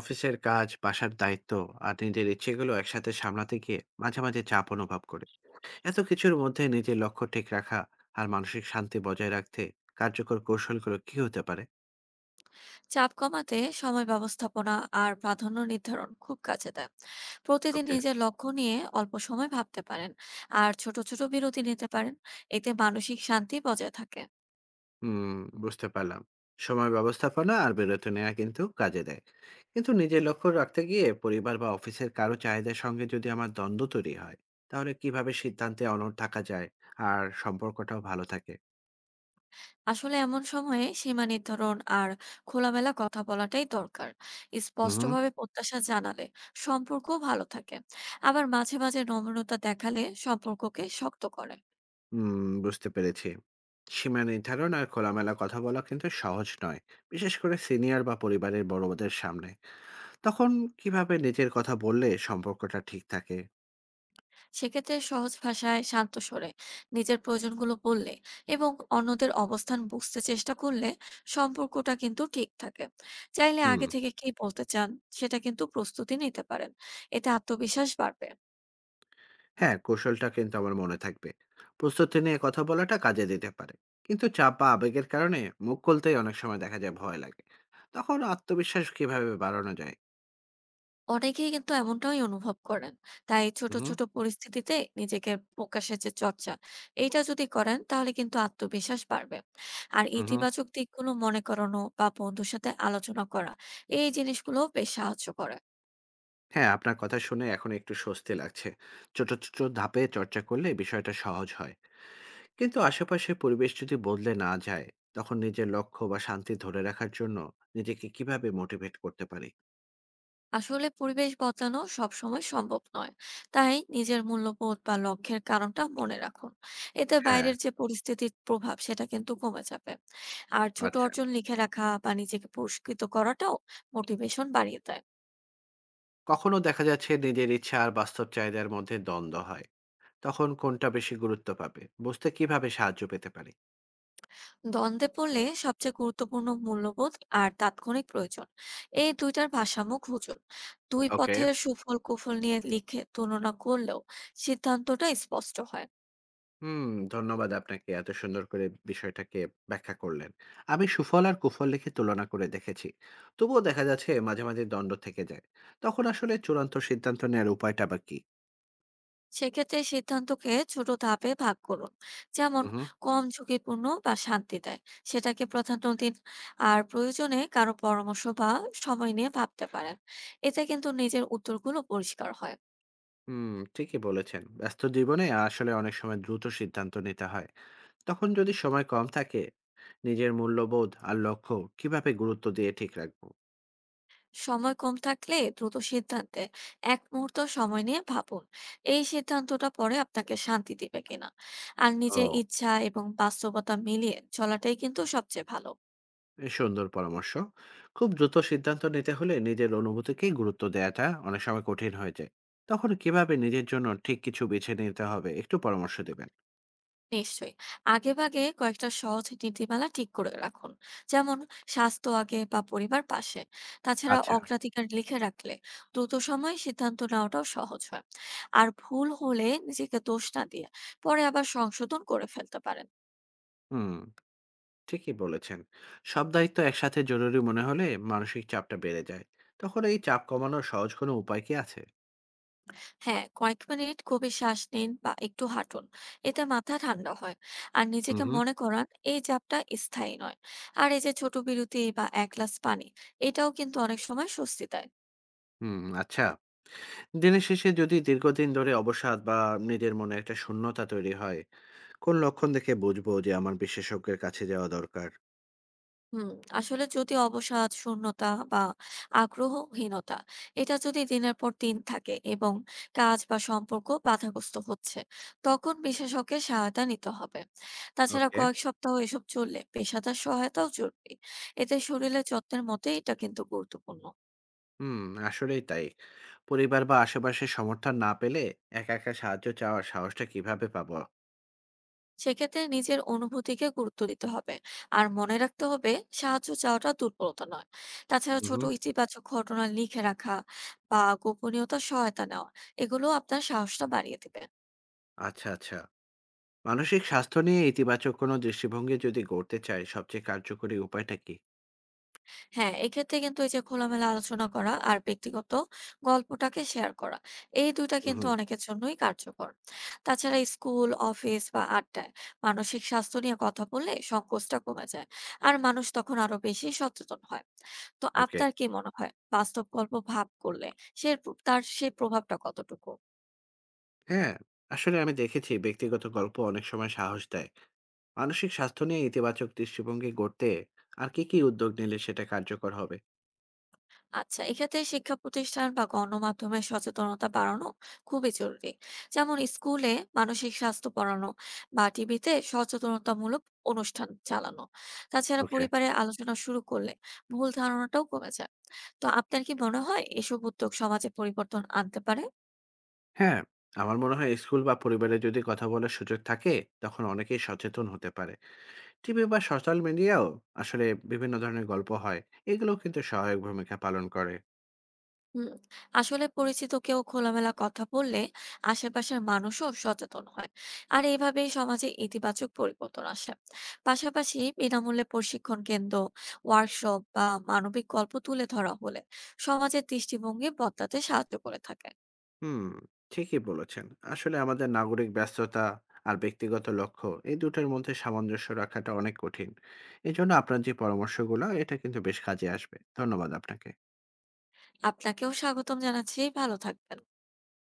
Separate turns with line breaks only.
অফিসের কাজ, বাসার দায়িত্ব আর নিজের ইচ্ছেগুলো একসাথে সামলাতে গিয়ে মাঝে মাঝে চাপ অনুভব করে। এত কিছুর মধ্যে নিজের লক্ষ্য ঠিক রাখা আর মানসিক শান্তি বজায় রাখতে কার্যকর কৌশলগুলো কি হতে পারে?
চাপ কমাতে সময় ব্যবস্থাপনা আর প্রাধান্য নির্ধারণ খুব কাজে দেয়। প্রতিদিন
ওকে।
নিজের লক্ষ্য নিয়ে অল্প সময় ভাবতে পারেন আর ছোট ছোট বিরতি নিতে পারেন। এতে মানসিক শান্তি বজায় থাকে।
হুম, বুঝতে পারলাম। সময় ব্যবস্থাপনা আর বিরতি নেওয়া কিন্তু কাজে দেয়। কিন্তু নিজের লক্ষ্য রাখতে গিয়ে পরিবার বা অফিসের কারো চাহিদার সঙ্গে যদি আমার দ্বন্দ্ব তৈরি হয়, তাহলে কিভাবে সিদ্ধান্তে অনড় থাকা যায় আর সম্পর্কটাও ভালো থাকে?
আসলে এমন সময়ে সীমা নির্ধারণ আর খোলামেলা কথা বলাটাই দরকার। স্পষ্টভাবে প্রত্যাশা জানালে সম্পর্ক ভালো থাকে, আবার মাঝে মাঝে নম্রতা দেখালে সম্পর্ককে শক্ত করে।
হুম, বুঝতে পেরেছি। সীমা নির্ধারণ আর খোলামেলা কথা বলা কিন্তু সহজ নয়, বিশেষ করে সিনিয়র বা পরিবারের বড়দের সামনে। তখন কিভাবে নিজের কথা বললে সম্পর্কটা ঠিক থাকে?
সেক্ষেত্রে সহজ ভাষায় শান্ত স্বরে নিজের প্রয়োজনগুলো বললে এবং অন্যদের অবস্থান বুঝতে চেষ্টা করলে সম্পর্কটা কিন্তু ঠিক থাকে। চাইলে
হুম।
আগে থেকে কি বলতে চান সেটা কিন্তু প্রস্তুতি নিতে পারেন। এতে আত্মবিশ্বাস বাড়বে।
হ্যাঁ, কৌশলটা কিন্তু আমার মনে থাকবে। প্রস্তুতি নিয়ে কথা বলাটা কাজে দিতে পারে, কিন্তু চাপ বা আবেগের কারণে মুখ খুলতেই অনেক সময় দেখা যায় ভয় লাগে। তখন আত্মবিশ্বাস কিভাবে বাড়ানো যায়?
অনেকেই কিন্তু এমনটাই অনুভব করেন, তাই ছোট
হুম।
ছোট পরিস্থিতিতে নিজেকে প্রকাশের যে চর্চা এইটা যদি করেন তাহলে কিন্তু আত্মবিশ্বাস বাড়বে। আর
হুম।
ইতিবাচক দিকগুলো মনে করানো বা বন্ধুর সাথে আলোচনা করা, এই জিনিসগুলো বেশ সাহায্য করে।
হ্যাঁ, আপনার কথা শুনে এখন একটু স্বস্তি লাগছে। ছোট ছোট ধাপে চর্চা করলে বিষয়টা সহজ হয়। কিন্তু আশেপাশের পরিবেশ যদি বদলে না যায়, তখন নিজের লক্ষ্য বা শান্তি ধরে রাখার জন্য নিজেকে কিভাবে মোটিভেট করতে পারি?
আসলে পরিবেশ বদলানো সবসময় সম্ভব নয়, তাই নিজের মূল্যবোধ বা লক্ষ্যের কারণটা মনে রাখুন। এতে
হ্যাঁ।
বাইরের যে পরিস্থিতির প্রভাব সেটা কিন্তু কমে যাবে। আর ছোট
আচ্ছা।
অর্জন লিখে রাখা বা নিজেকে পুরস্কৃত করাটাও মোটিভেশন বাড়িয়ে দেয়।
কখনো দেখা যাচ্ছে নিজের ইচ্ছা আর বাস্তব চাহিদার মধ্যে দ্বন্দ্ব হয়। তখন কোনটা বেশি গুরুত্ব পাবে বুঝতে কিভাবে সাহায্য পেতে পারি?
দ্বন্দ্বে পড়লে সবচেয়ে গুরুত্বপূর্ণ মূল্যবোধ আর তাৎক্ষণিক প্রয়োজন, এই দুইটার ভারসাম্য খুঁজুন। দুই
ওকে।
পথের সুফল কুফল নিয়ে লিখে তুলনা করলেও সিদ্ধান্তটা স্পষ্ট হয়।
হুম। ধন্যবাদ আপনাকে, এত সুন্দর করে বিষয়টাকে ব্যাখ্যা করলেন। আমি সুফল আর কুফল লিখে তুলনা করে দেখেছি, তবুও দেখা যাচ্ছে মাঝে মাঝে দ্বন্দ্ব থেকে যায়। তখন আসলে চূড়ান্ত সিদ্ধান্ত নেওয়ার উপায়টা বা কি?
সেক্ষেত্রে সিদ্ধান্তকে ছোট ধাপে ভাগ করুন। যেমন,
হুম।
কম ঝুঁকিপূর্ণ বা শান্তি দেয় সেটাকে প্রাধান্য দিন। আর প্রয়োজনে কারো পরামর্শ বা সময় নিয়ে ভাবতে পারেন। এতে কিন্তু নিজের উত্তরগুলো পরিষ্কার হয়।
হুম, ঠিকই বলেছেন। ব্যস্ত জীবনে আসলে অনেক সময় দ্রুত সিদ্ধান্ত নিতে হয়। তখন যদি সময় কম থাকে, নিজের মূল্যবোধ আর লক্ষ্য কিভাবে গুরুত্ব দিয়ে ঠিক রাখবো?
সময় কম থাকলে দ্রুত সিদ্ধান্তে এক মুহূর্ত সময় নিয়ে ভাবুন, এই সিদ্ধান্তটা পরে আপনাকে শান্তি দিবে কিনা। আর নিজের
ও,
ইচ্ছা এবং বাস্তবতা মিলিয়ে চলাটাই কিন্তু সবচেয়ে ভালো।
এ সুন্দর পরামর্শ। খুব দ্রুত সিদ্ধান্ত নিতে হলে নিজের অনুভূতিকে গুরুত্ব দেওয়াটা অনেক সময় কঠিন হয়ে যায়। তখন কিভাবে নিজের জন্য ঠিক কিছু বেছে নিতে হবে, একটু পরামর্শ দেবেন?
নিশ্চয়ই আগেভাগে কয়েকটা সহজ নীতিমালা ঠিক করে রাখুন। যেমন, স্বাস্থ্য আগে বা পরিবার পাশে। তাছাড়া
আচ্ছা।
অগ্রাধিকার লিখে রাখলে দ্রুত সময়ে সিদ্ধান্ত নেওয়াটাও সহজ হয়। আর ভুল হলে নিজেকে দোষ না দিয়ে পরে আবার সংশোধন করে ফেলতে পারেন।
হুম, ঠিকই বলেছেন। সব দায়িত্ব একসাথে জরুরি মনে হলে মানসিক চাপটা বেড়ে যায়। তখন এই চাপ কমানোর সহজ কোনো উপায় কি আছে?
হ্যাঁ, কয়েক মিনিট গভীর শ্বাস নিন বা একটু হাঁটুন। এতে মাথা ঠান্ডা হয়। আর নিজেকে
হুম।
মনে করান এই চাপটা স্থায়ী নয়। আর এই যে ছোট বিরতি বা এক গ্লাস পানি, এটাও কিন্তু অনেক সময় স্বস্তি দেয়।
হুম, আচ্ছা। দিনের শেষে যদি দীর্ঘদিন ধরে অবসাদ বা নিজের মনে একটা শূন্যতা তৈরি হয়, কোন লক্ষণ দেখে বুঝবো যে আমার বিশেষজ্ঞের কাছে যাওয়া দরকার?
হুম, আসলে যদি অবসাদ, শূন্যতা বা আগ্রহহীনতা এটা যদি দিনের পর দিন থাকে এবং কাজ বা সম্পর্ক বাধাগ্রস্ত হচ্ছে, তখন বিশেষজ্ঞের সহায়তা নিতে হবে। তাছাড়া
ওকে।
কয়েক সপ্তাহ এসব চললে পেশাদার সহায়তাও জরুরি। এতে শরীরের যত্নের মধ্যে এটা কিন্তু গুরুত্বপূর্ণ।
হুম, আসলেই তাই। পরিবার বা আশেপাশের সমর্থন না পেলে একা, একা সাহায্য চাওয়ার সাহসটা কিভাবে পাবো?
সেক্ষেত্রে নিজের অনুভূতিকে গুরুত্ব দিতে হবে আর মনে রাখতে হবে সাহায্য চাওয়াটা দুর্বলতা নয়। তাছাড়া
উহু।
ছোট ইতিবাচক ঘটনা লিখে রাখা বা গোপনীয়তা সহায়তা নেওয়া, এগুলো আপনার সাহসটা বাড়িয়ে দেবে।
আচ্ছা, আচ্ছা। মানসিক স্বাস্থ্য নিয়ে ইতিবাচক কোনো দৃষ্টিভঙ্গি যদি গড়তে চাই, সবচেয়ে কার্যকরী উপায়টা কি?
হ্যাঁ, এক্ষেত্রে কিন্তু এই যে খোলামেলা আলোচনা করা আর ব্যক্তিগত গল্পটাকে শেয়ার করা, এই ২ টা কিন্তু
উহু।
অনেকের জন্যই কার্যকর। তাছাড়া স্কুল, অফিস বা আড্ডায় মানসিক স্বাস্থ্য নিয়ে কথা বললে সংকোচটা কমে যায়। আর মানুষ তখন আরো বেশি সচেতন হয়। তো
ওকে।
আপনার কি মনে হয় বাস্তব গল্প ভাগ করলে সে তার সেই প্রভাবটা কতটুকু?
হ্যাঁ, আসলে আমি দেখেছি ব্যক্তিগত গল্প অনেক সময় সাহস দেয়। মানসিক স্বাস্থ্য নিয়ে ইতিবাচক দৃষ্টিভঙ্গি গড়তে আর কি কি উদ্যোগ নিলে সেটা কার্যকর হবে?
আচ্ছা, এক্ষেত্রে শিক্ষা প্রতিষ্ঠান বা গণমাধ্যমে সচেতনতা বাড়ানো খুবই জরুরি। যেমন স্কুলে মানসিক স্বাস্থ্য পড়ানো বা টিভিতে সচেতনতামূলক অনুষ্ঠান চালানো। তাছাড়া
ওকে।
পরিবারে আলোচনা শুরু করলে ভুল ধারণাটাও কমে যায়। তো আপনার কি মনে হয় এসব উদ্যোগ সমাজে পরিবর্তন আনতে পারে?
হ্যাঁ, আমার মনে হয় স্কুল বা পরিবারে যদি কথা বলার সুযোগ থাকে, তখন অনেকেই সচেতন হতে পারে। টিভি বা সোশ্যাল মিডিয়াও আসলে বিভিন্ন ধরনের গল্প হয়, এগুলো কিন্তু সহায়ক ভূমিকা পালন করে।
হুম, আসলে পরিচিত কেউ খোলামেলা কথা বললে আশেপাশের মানুষও সচেতন হয়। আর এইভাবেই সমাজে ইতিবাচক পরিবর্তন আসে। পাশাপাশি বিনামূল্যে প্রশিক্ষণ কেন্দ্র, ওয়ার্কশপ বা মানবিক গল্প তুলে ধরা হলে সমাজের দৃষ্টিভঙ্গি বদলাতে সাহায্য করে থাকে।
হুম, ঠিকই বলেছেন। আসলে আমাদের নাগরিক ব্যস্ততা আর ব্যক্তিগত লক্ষ্য, এই দুটোর মধ্যে সামঞ্জস্য রাখাটা অনেক কঠিন। এজন্য আপনার যে পরামর্শগুলো এটা কিন্তু বেশ কাজে আসবে। ধন্যবাদ আপনাকে।
আপনাকেও স্বাগতম জানাচ্ছি, ভালো থাকবেন।